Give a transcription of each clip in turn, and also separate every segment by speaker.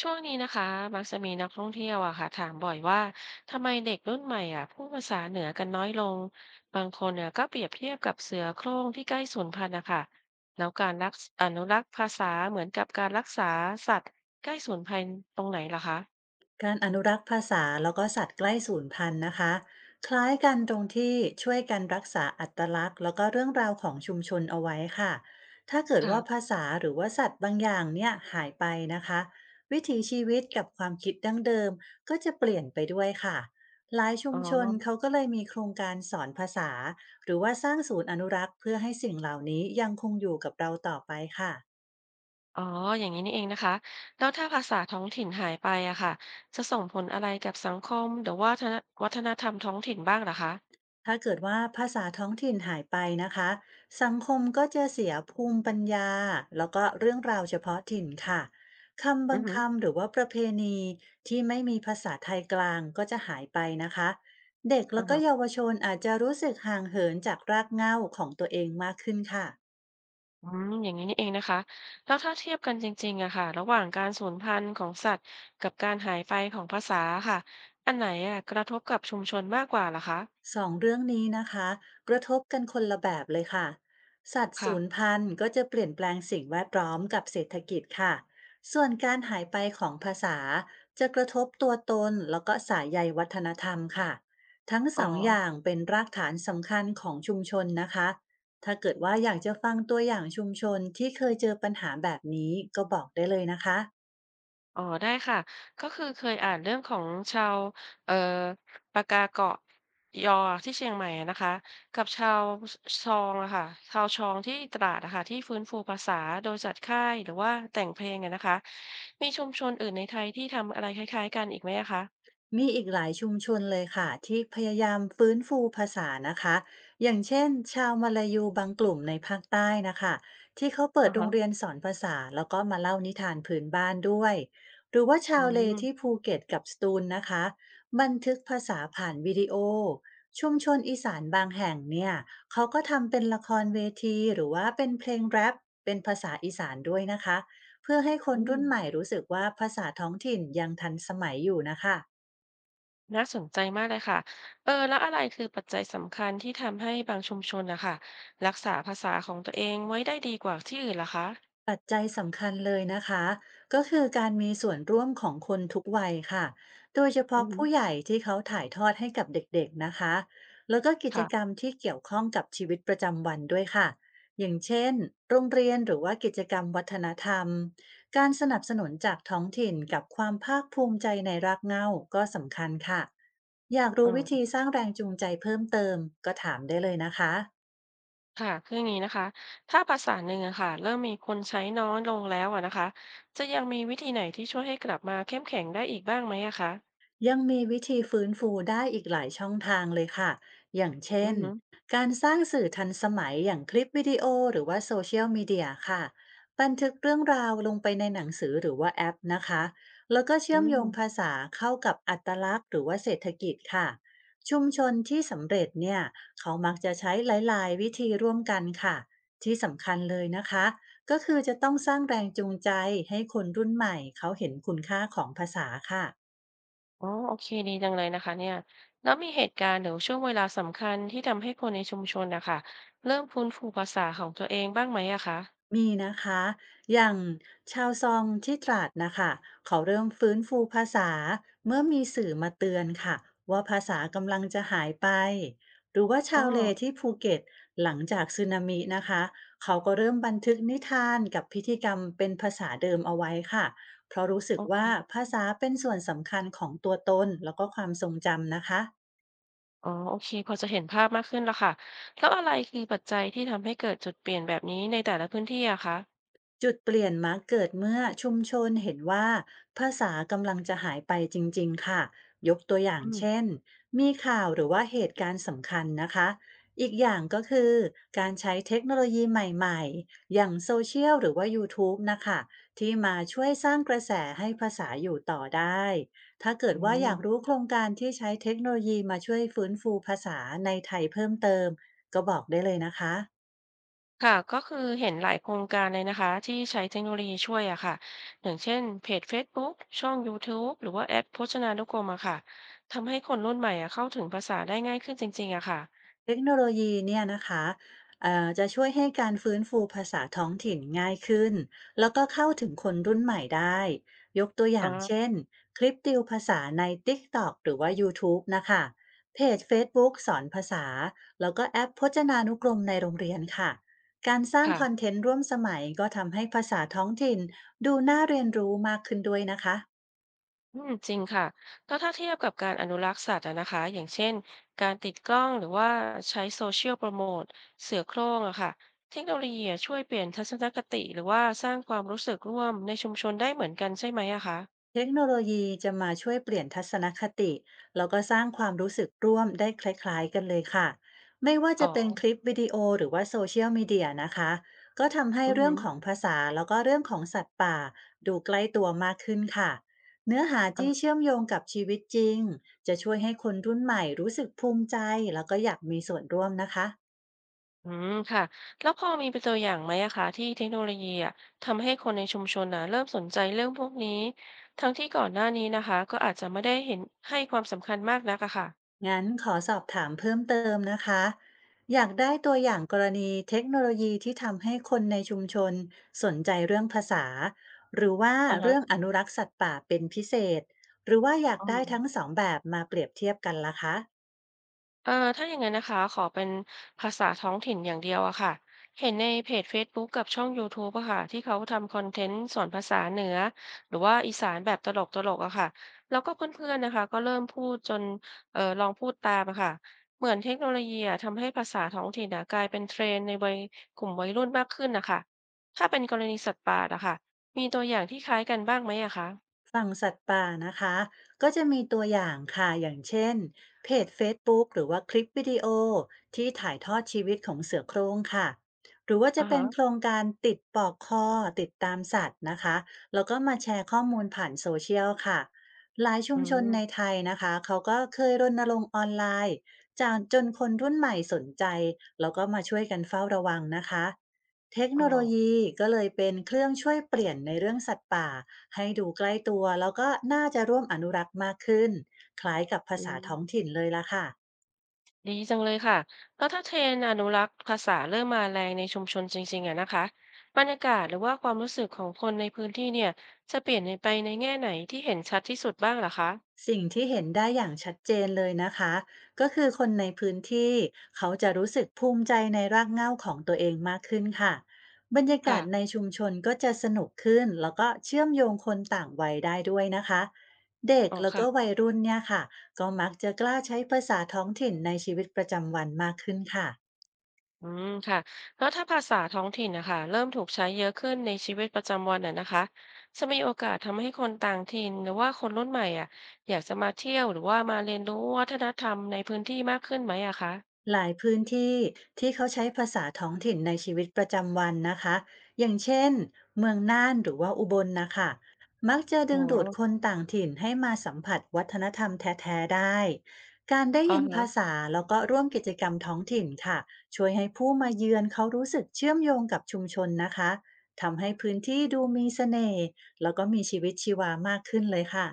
Speaker 1: ช่วงนี้นะคะมักจะมีนักท่องเที่ยวอะค่ะถามบ่อยว่าทำไมเด็กรุ่นใหม่อะพูดภาษาเหนือกันน้อยลงบางคนเนี่ยก็เปรียบเทียบกับเสือโคร่งที่ใกล้สูญพันธุ์นะคะแล้วการรักษอนุรักษ์ภาษาเหมือนกับการรักษาสัตว์ใกล้สูญพันธุ์ตรงไหนล่ะคะ
Speaker 2: การอนุรักษ์ภาษาแล้วก็สัตว์ใกล้สูญพันธุ์นะคะคล้ายกันตรงที่ช่วยกันรักษาอัตลักษณ์แล้วก็เรื่องราวของชุมชนเอาไว้ค่ะถ้าเกิดว่าภา
Speaker 1: ค่ะ
Speaker 2: ษาหรือว่าสัตว์บางอย่างเนี่ยหายไปนะคะวิถีชีวิตกับความคิดดั้งเดิมก็จะเปลี่ยนไปด้วยค่ะหลายชุ
Speaker 1: อ๋อ
Speaker 2: มชนเขาก็เลยมีโครงการสอนภาษาหรือว่าสร้างศูนย์อนุรักษ์เพื่อให้สิ่งเหล่านี้ยังคงอยู่กับเราต่อไปค่ะ
Speaker 1: อ๋ออย่างนี้นี่เองนะคะแล้วถ้าภาษาท้องถิ่นหายไปอะค่ะจะส่งผลอะไรกับสังคมหรือว่าวัฒนธรรมท้องถิ่นบ้างล่ะคะ
Speaker 2: ถ้าเกิดว่าภาษาท้องถิ่นหายไปนะคะสังคมก็จะเสียภูมิปัญญาแล้วก็เรื่องราวเฉพาะถิ่นค่ะคำ
Speaker 1: อื
Speaker 2: บา
Speaker 1: อ
Speaker 2: ง
Speaker 1: ฮึ
Speaker 2: คำหรือว่าประเพณีที่ไม่มีภาษาไทยกลางก็จะหายไปนะคะเด็ก
Speaker 1: อื
Speaker 2: แล้
Speaker 1: อ
Speaker 2: ว
Speaker 1: ฮ
Speaker 2: ก็เยาวชนอาจจะรู้สึกห่างเหินจากรากเหง้าของตัวเองมากขึ้นค่ะ
Speaker 1: อืมอย่างนี้นี่เองนะคะแล้วถ้าเทียบกันจริงๆอะค่ะระหว่างการสูญพันธุ์ของสัตว์กับการหายไปของภาษาค่ะอันไหนอะกระทบกับชุมชนมากกว่าล่ะคะ
Speaker 2: สองเรื่องนี้นะคะกระทบกันคนละแบบเลยค่ะสัตว์
Speaker 1: ค่ะ
Speaker 2: สูญพันธุ์ก็จะเปลี่ยนแปลงสิ่งแวดล้อมกับเศรษฐกิจค่ะส่วนการหายไปของภาษาจะกระทบตัวตนแล้วก็สายใยวัฒนธรรมค่ะทั้ง
Speaker 1: อ๋
Speaker 2: ส
Speaker 1: อ
Speaker 2: องอย่างเป็นรากฐานสำคัญของชุมชนนะคะถ้าเกิดว่าอยากจะฟังตัวอย่างชุมชนที่เคยเจอปัญหาแบบนี้ก็บอกได้เลยนะคะ
Speaker 1: อ๋อได้ค่ะก็คือเคยอ่านเรื่องของชาวเอ่อปากาเกาะยอที่เชียงใหม่อะนะคะกับชาวชองอะค่ะชาวชองที่ตราดอะค่ะที่ฟื้นฟูภาษาโดยจัดค่ายหรือว่าแต่งเพลงอะนะคะมีชุมชนอื่นในไทยที่ทำอะไรคล้ายๆกันอีกไหมอะคะ
Speaker 2: มีอีกหลายชุมชนเลยค่ะที่พยายามฟื้นฟูภาษานะคะอย่างเช่นชาวมาลายูบางกลุ่มในภาคใต้นะคะที่เขาเปิด
Speaker 1: อ่า
Speaker 2: โร
Speaker 1: ฮะ
Speaker 2: งเรียนสอนภาษาแล้วก็มาเล่านิทานพื้นบ้านด้วยหรือว่า
Speaker 1: อื
Speaker 2: ชาวเลที่
Speaker 1: ม
Speaker 2: ภูเก็ตกับสตูลนะคะบันทึกภาษาผ่านวิดีโอชุมชนอีสานบางแห่งเนี่ยเขาก็ทำเป็นละครเวทีหรือว่าเป็นเพลงแรปเป็นภาษาอีสานด้วยนะคะเพื่อให้คน
Speaker 1: อืม
Speaker 2: รุ่นใหม่รู้สึกว่าภาษาท้องถิ่นยังทันสมัยอยู่นะคะ
Speaker 1: น่าสนใจมากเลยค่ะเออแล้วอะไรคือปัจจัยสำคัญที่ทำให้บางชุมชนนะค่ะรักษาภาษาของตัวเองไว้ได้ดีกว่าที่อื่นล่ะคะ
Speaker 2: ปัจจัยสำคัญเลยนะคะก็คือการมีส่วนร่วมของคนทุกวัยค่ะโดยเฉ
Speaker 1: อื
Speaker 2: พาะ
Speaker 1: อฮึ
Speaker 2: ผู้ใหญ่ที่เขาถ่ายทอดให้กับเด็กๆนะคะแล้วก็กิจกรร
Speaker 1: ค่ะ
Speaker 2: มที่เกี่ยวข้องกับชีวิตประจำวันด้วยค่ะอย่างเช่นโรงเรียนหรือว่ากิจกรรมวัฒนธรรมการสนับสนุนจากท้องถิ่นกับความภาคภูมิใจในรากเหง้าก็สำคัญค่ะอยาก
Speaker 1: อื
Speaker 2: รู้วิธีส
Speaker 1: ม
Speaker 2: ร้างแรงจูงใจเพิ่มเติมก็ถามได้เลยนะคะ
Speaker 1: ค่ะ คืออย่างนี้นะคะ ถ้าภาษาหนึ่งอะค่ะเริ่มมีคนใช้น้อยลงแล้วอะนะคะ จะยังมีวิธีไหนที่ช่วยให้กลับมาเข้มแข็งได้อีกบ้างไหมอะคะ
Speaker 2: ยังมีวิธีฟื้นฟูได้อีกหลายช่องทางเลยค่ะ อย่าง
Speaker 1: อื
Speaker 2: เช่
Speaker 1: อ
Speaker 2: น
Speaker 1: ฮึ
Speaker 2: การสร้างสื่อทันสมัยอย่างคลิปวิดีโอหรือว่าโซเชียลมีเดียค่ะบันทึกเรื่องราวลงไปในหนังสือหรือว่าแอปนะคะ แล้วก็
Speaker 1: อื
Speaker 2: เชื่อมโยง
Speaker 1: ม
Speaker 2: ภาษาเข้ากับอัตลักษณ์หรือว่าเศรษฐกิจค่ะ ชุมชนที่สำเร็จเนี่ยเขามักจะใช้หลายๆวิธีร่วมกันค่ะที่สำคัญเลยนะคะก็คือจะต้องสร้างแรงจูงใจให้คนรุ่นใหม่เขาเห็นคุณค่าของภาษาค่ะ
Speaker 1: อ๋อโอเคดีจังเลยนะคะเนี่ยแล้วมีเหตุการณ์หรือช่วงเวลาสำคัญที่ทำให้คนในชุมชนนะค่ะเริ่มฟื้นฟูภาษาของตัวเองบ้างไหมอะคะ
Speaker 2: มีนะคะ อย่างชาวซองที่ตราดนะคะเขาเริ่มฟื้นฟูภาษาเมื่อมีสื่อมาเตือนค่ะว่าภาษากำลังจะหายไป หรือว่า
Speaker 1: อ๋อ
Speaker 2: ชาวเลที่ภูเก็ตหลังจากสึนามินะคะเขาก็เริ่มบันทึกนิทานกับพิธีกรรมเป็นภาษาเดิมเอาไว้ค่ะเพราะรู้สึ
Speaker 1: โอ
Speaker 2: ก
Speaker 1: เค
Speaker 2: ว่าภาษาเป็นส่วนสำคัญของตัวตนแล้วก็ความทรงจำนะคะ
Speaker 1: อ๋อโอเคพอจะเห็นภาพมากขึ้นแล้วค่ะแล้วอะไรคือปัจจัยที่ทำให้เกิดจุดเปลี่ยนแบบนี้ในแต่ละพื้นที่อะคะ
Speaker 2: จุดเปลี่ยนมักเกิดเมื่อชุมชนเห็นว่าภาษากำลังจะหายไปจริงๆค่ะ ยกตัวอย่าง
Speaker 1: อืม
Speaker 2: เช่นมีข่าวหรือว่าเหตุการณ์สำคัญนะคะ อีกอย่างก็คือการใช้เทคโนโลยีใหม่ๆอย่างโซเชียลหรือว่า YouTube นะคะที่มาช่วยสร้างกระแสให้ภาษาอยู่ต่อได้ ถ้าเกิ
Speaker 1: อื
Speaker 2: ดว่าอยาก
Speaker 1: ม
Speaker 2: รู้โครงการที่ใช้เทคโนโลยีมาช่วยฟื้นฟูภาษาในไทยเพิ่มเติมก็บอกได้เลยนะคะ
Speaker 1: ค่ะก็คือเห็นหลายโครงการเลยนะคะที่ใช้เทคโนโลยีช่วยอะค่ะอย่างเช่นเพจเฟซบุ๊กช่องยูทูบหรือว่าแอปพจนานุกรมอะค่ะทำให้คนรุ่นใหม่อะเข้าถึงภาษาได้ง่ายขึ้นจริงๆอะค่ะ
Speaker 2: เทคโนโลยีเนี่ยนะคะจะช่วยให้การฟื้นฟูภาษาท้องถิ่นง่ายขึ้น แล้วก็เข้าถึงคนรุ่นใหม่ได้ ยกตัวอ
Speaker 1: อ๋อ
Speaker 2: ย่างเช่นคลิปติวภาษาใน t กต t อกหรือว่ายูทูบนะคะ เพจเฟซบุ๊กสอนภาษา แล้วก็แอปพจนานุกรมในโรงเรียนค่ะ การสร้างคอน
Speaker 1: ค่ะ
Speaker 2: เทนต์ร่วมสมัยก็ทำให้ภาษาท้องถิ่นดูน่าเรียนรู้มากขึ้นด้วยนะคะ
Speaker 1: อืมจริงค่ะก็ถ้าเทียบกับการอนุรักษ์สัตว์อะนะคะอย่างเช่นการติดกล้องหรือว่าใช้โซเชียลโปรโมทเสือโคร่งอะค่ะเทคโนโลยีอะช่วยเปลี่ยนทัศนคติหรือว่าสร้างความรู้สึกร่วมในชุมชนได้เหมือนกันใช่ไหมอะคะ
Speaker 2: เทคโนโลยีจะมาช่วยเปลี่ยนทัศนคติแล้วก็สร้างความรู้สึกร่วมได้คล้ายๆกันเลยค่ะไม่ว่า
Speaker 1: อ๋อ
Speaker 2: จะเป็นคลิปวิดีโอหรือว่าโซเชียลมีเดียนะคะก็ทำให้
Speaker 1: อือ
Speaker 2: เรื่
Speaker 1: หื
Speaker 2: อง
Speaker 1: อ
Speaker 2: ของภาษาแล้วก็เรื่องของสัตว์ป่าดูใกล้ตัวมากขึ้นค่ะเนื้อหาที่
Speaker 1: อ่า
Speaker 2: เชื่อมโยงกับชีวิตจริงจะช่วยให้คนรุ่นใหม่รู้สึกภูมิใจแล้วก็อยากมีส่วนร่วมนะคะ
Speaker 1: อืม ค่ะ แล้วพอมีเป็นตัวอย่างไหมอะคะที่เทคโนโลยีอะทำให้คนในชุมชนนะเริ่มสนใจเรื่องพวกนี้ทั้งที่ก่อนหน้านี้นะคะก็อาจจะไม่ได้เห็นให้ความสำคัญมากนักอะค่ะ
Speaker 2: งั้นขอสอบถามเพิ่มเติมนะคะอยากได้ตัวอย่างกรณีเทคโนโลยีที่ทำให้คนในชุมชนสนใจเรื่องภาษาหรือว่า
Speaker 1: อะฮะ
Speaker 2: เรื่องอนุรักษ์สัตว์ป่าเป็นพิเศษหรือว่าอยาก
Speaker 1: อื
Speaker 2: ได้ทั้ง
Speaker 1: ม
Speaker 2: สองแบบมาเปรียบเทียบกันล่ะคะ
Speaker 1: ถ้าอย่างนั้นนะคะขอเป็นภาษาท้องถิ่นอย่างเดียวอะค่ะเห็นในเพจ Facebook กกับช่อง YouTube อะค่ะที่เขาทำคอนเทนต์สอนภาษาเหนือหรือว่าอีสานแบบตลกตลกอะค่ะแล้วก็เพื่อนๆนะคะก็เริ่มพูดจนลองพูดตามอะค่ะเหมือนเทคโนโลยีอะทำให้ภาษาท้องถิ่นอะกลายเป็นเทรนด์ในวัยกลุ่มวัยรุ่นมากขึ้นนะคะถ้าเป็นกรณีสัตว์ป่าอะค่ะมีตัวอย่างที่คล้ายกันบ้างไหมอะคะ
Speaker 2: ฝั่งสัตว์ป่านะคะก็จะมีตัวอย่างค่ะอย่างเช่นเพจ Facebook หรือว่าคลิปวิดีโอที่ถ่ายทอดชีวิตของเสือโคร่งค่ะหรือว่า
Speaker 1: อ่า
Speaker 2: จะเป็
Speaker 1: ฮะ
Speaker 2: นโครงการติดปลอกคอติดตามสัตว์นะคะแล้วก็มาแชร์ข้อมูลผ่านโซเชียลค่ะหลายชุ
Speaker 1: อื
Speaker 2: มชนใน
Speaker 1: ม
Speaker 2: ไทยนะคะเขาก็เคยรณรงค์ออนไลน์จากจนคนรุ่นใหม่สนใจแล้วก็มาช่วยกันเฝ้าระวังนะคะ เทค
Speaker 1: อ๋อ
Speaker 2: โนโลยีก็เลยเป็นเครื่องช่วยเปลี่ยนในเรื่องสัตว์ป่าให้ดูใกล้ตัวแล้วก็น่าจะร่วมอนุรักษ์มากขึ้นคล้ายกับภา
Speaker 1: อื
Speaker 2: ษา
Speaker 1: ม
Speaker 2: ท้องถิ่นเลยล่ะค่ะ
Speaker 1: ดีจังเลยค่ะ แล้วถ้าเทรนด์อนุรักษ์ภาษาเริ่มมาแรงในชุมชนจริงๆอะนะคะบรรยากาศหรือว่าความรู้สึกของคนในพื้นที่เนี่ยจะเปลี่ยนไปในแง่ไหนที่เห็นชัดที่สุดบ้างเหรอคะ
Speaker 2: สิ่งที่เห็นได้อย่างชัดเจนเลยนะคะก็คือคนในพื้นที่เขาจะรู้สึกภูมิใจในรากเหง้าของตัวเองมากขึ้นค่ะบรรยากา
Speaker 1: ค่ะ
Speaker 2: ศในชุมชนก็จะสนุกขึ้นแล้วก็เชื่อมโยงคนต่างวัยได้ด้วยนะคะเด็ก
Speaker 1: อ๋อ
Speaker 2: แล้ว
Speaker 1: ค่ะ
Speaker 2: ก็วัยรุ่นเนี่ยค่ะก็มักจะกล้าใช้ภาษาท้องถิ่นในชีวิตประจำวันมากขึ้นค่ะ
Speaker 1: อืมค่ะ แล้วถ้าภาษาท้องถิ่นนะคะเริ่มถูกใช้เยอะขึ้นในชีวิตประจำวันอะนะคะจะมีโอกาสทำให้คนต่างถิ่นหรือว่าคนรุ่นใหม่อ่ะอยากจะมาเที่ยวหรือว่ามาเรียนรู้วัฒนธรรมในพื้นที่มากขึ้นไหมอะคะ
Speaker 2: หลายพื้นที่ที่เขาใช้ภาษาท้องถิ่นในชีวิตประจำวันนะคะอย่างเช่นเมืองน่านหรือว่าอุบลนะคะมักจะ
Speaker 1: อ๋อ
Speaker 2: ดึงดูดคนต่างถิ่นให้มาสัมผัสวัฒนธรรมแท้ๆได้การได้
Speaker 1: อ๋อ
Speaker 2: ยิน
Speaker 1: ฮะ
Speaker 2: ภาษาแล้วก็ร่วมกิจกรรมท้องถิ่นค่ะช่วยให้ผู้มาเยือนเขารู้สึกเชื่อมโยงกับชุมชนนะคะทำให้พื้นที่ดูมีเสน่ห์แล้วก็มีชีวิตชีวามากขึ้นเลยค่ะ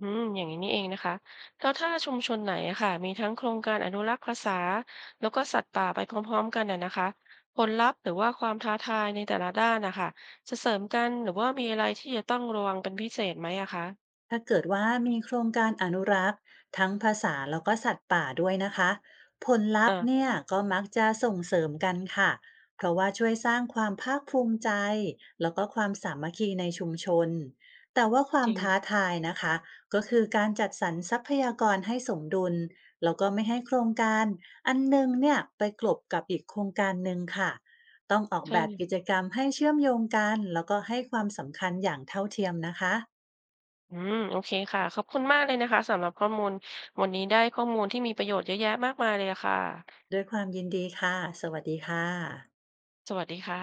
Speaker 1: อืมอย่างนี้นี่เองนะคะแล้วถ้าชุมชนไหนอะค่ะมีทั้งโครงการอนุรักษ์ภาษาแล้วก็สัตว์ป่าไปพร้อมๆกันอะนะคะผลลัพธ์หรือว่าความท้าทายในแต่ละด้านนะคะจะเสริมกันหรือว่ามีอะไรที่จะต้องระวังเป็นพิเศษไหมอะคะ
Speaker 2: ถ้าเกิดว่ามีโครงการอนุรักษ์ทั้งภาษาแล้วก็สัตว์ป่าด้วยนะคะผลลัพธ์
Speaker 1: อ่า
Speaker 2: เนี่ยก็มักจะส่งเสริมกันค่ะเพราะว่าช่วยสร้างความภาคภูมิใจแล้วก็ความสามัคคีในชุมชนแต่ว่าควา
Speaker 1: จ
Speaker 2: ม
Speaker 1: ริ
Speaker 2: ท้า
Speaker 1: ง
Speaker 2: ทายนะคะก็คือการจัดสรรทรัพยากรให้สมดุลแล้วก็ไม่ให้โครงการอันหนึงเนี่ยไปกลบกับอีกโครงการหนึ่งค่ะต้องออก
Speaker 1: ใ
Speaker 2: แบบกิจ
Speaker 1: ช่
Speaker 2: กรรมให้เชื่อมโยงกันแล้วก็ให้ความสำคัญอย่างเท่าเทียมนะคะ
Speaker 1: อืมโอเคค่ะขอบคุณมากเลยนะคะสำหรับข้อมูลวันนี้ได้ข้อมูลที่มีประโยชน์เยอะแยะมากมายเลยอะค่ะ
Speaker 2: ด้วยความยินดีค่ะ สวัสดีค่ะ
Speaker 1: สวัสดีค่ะ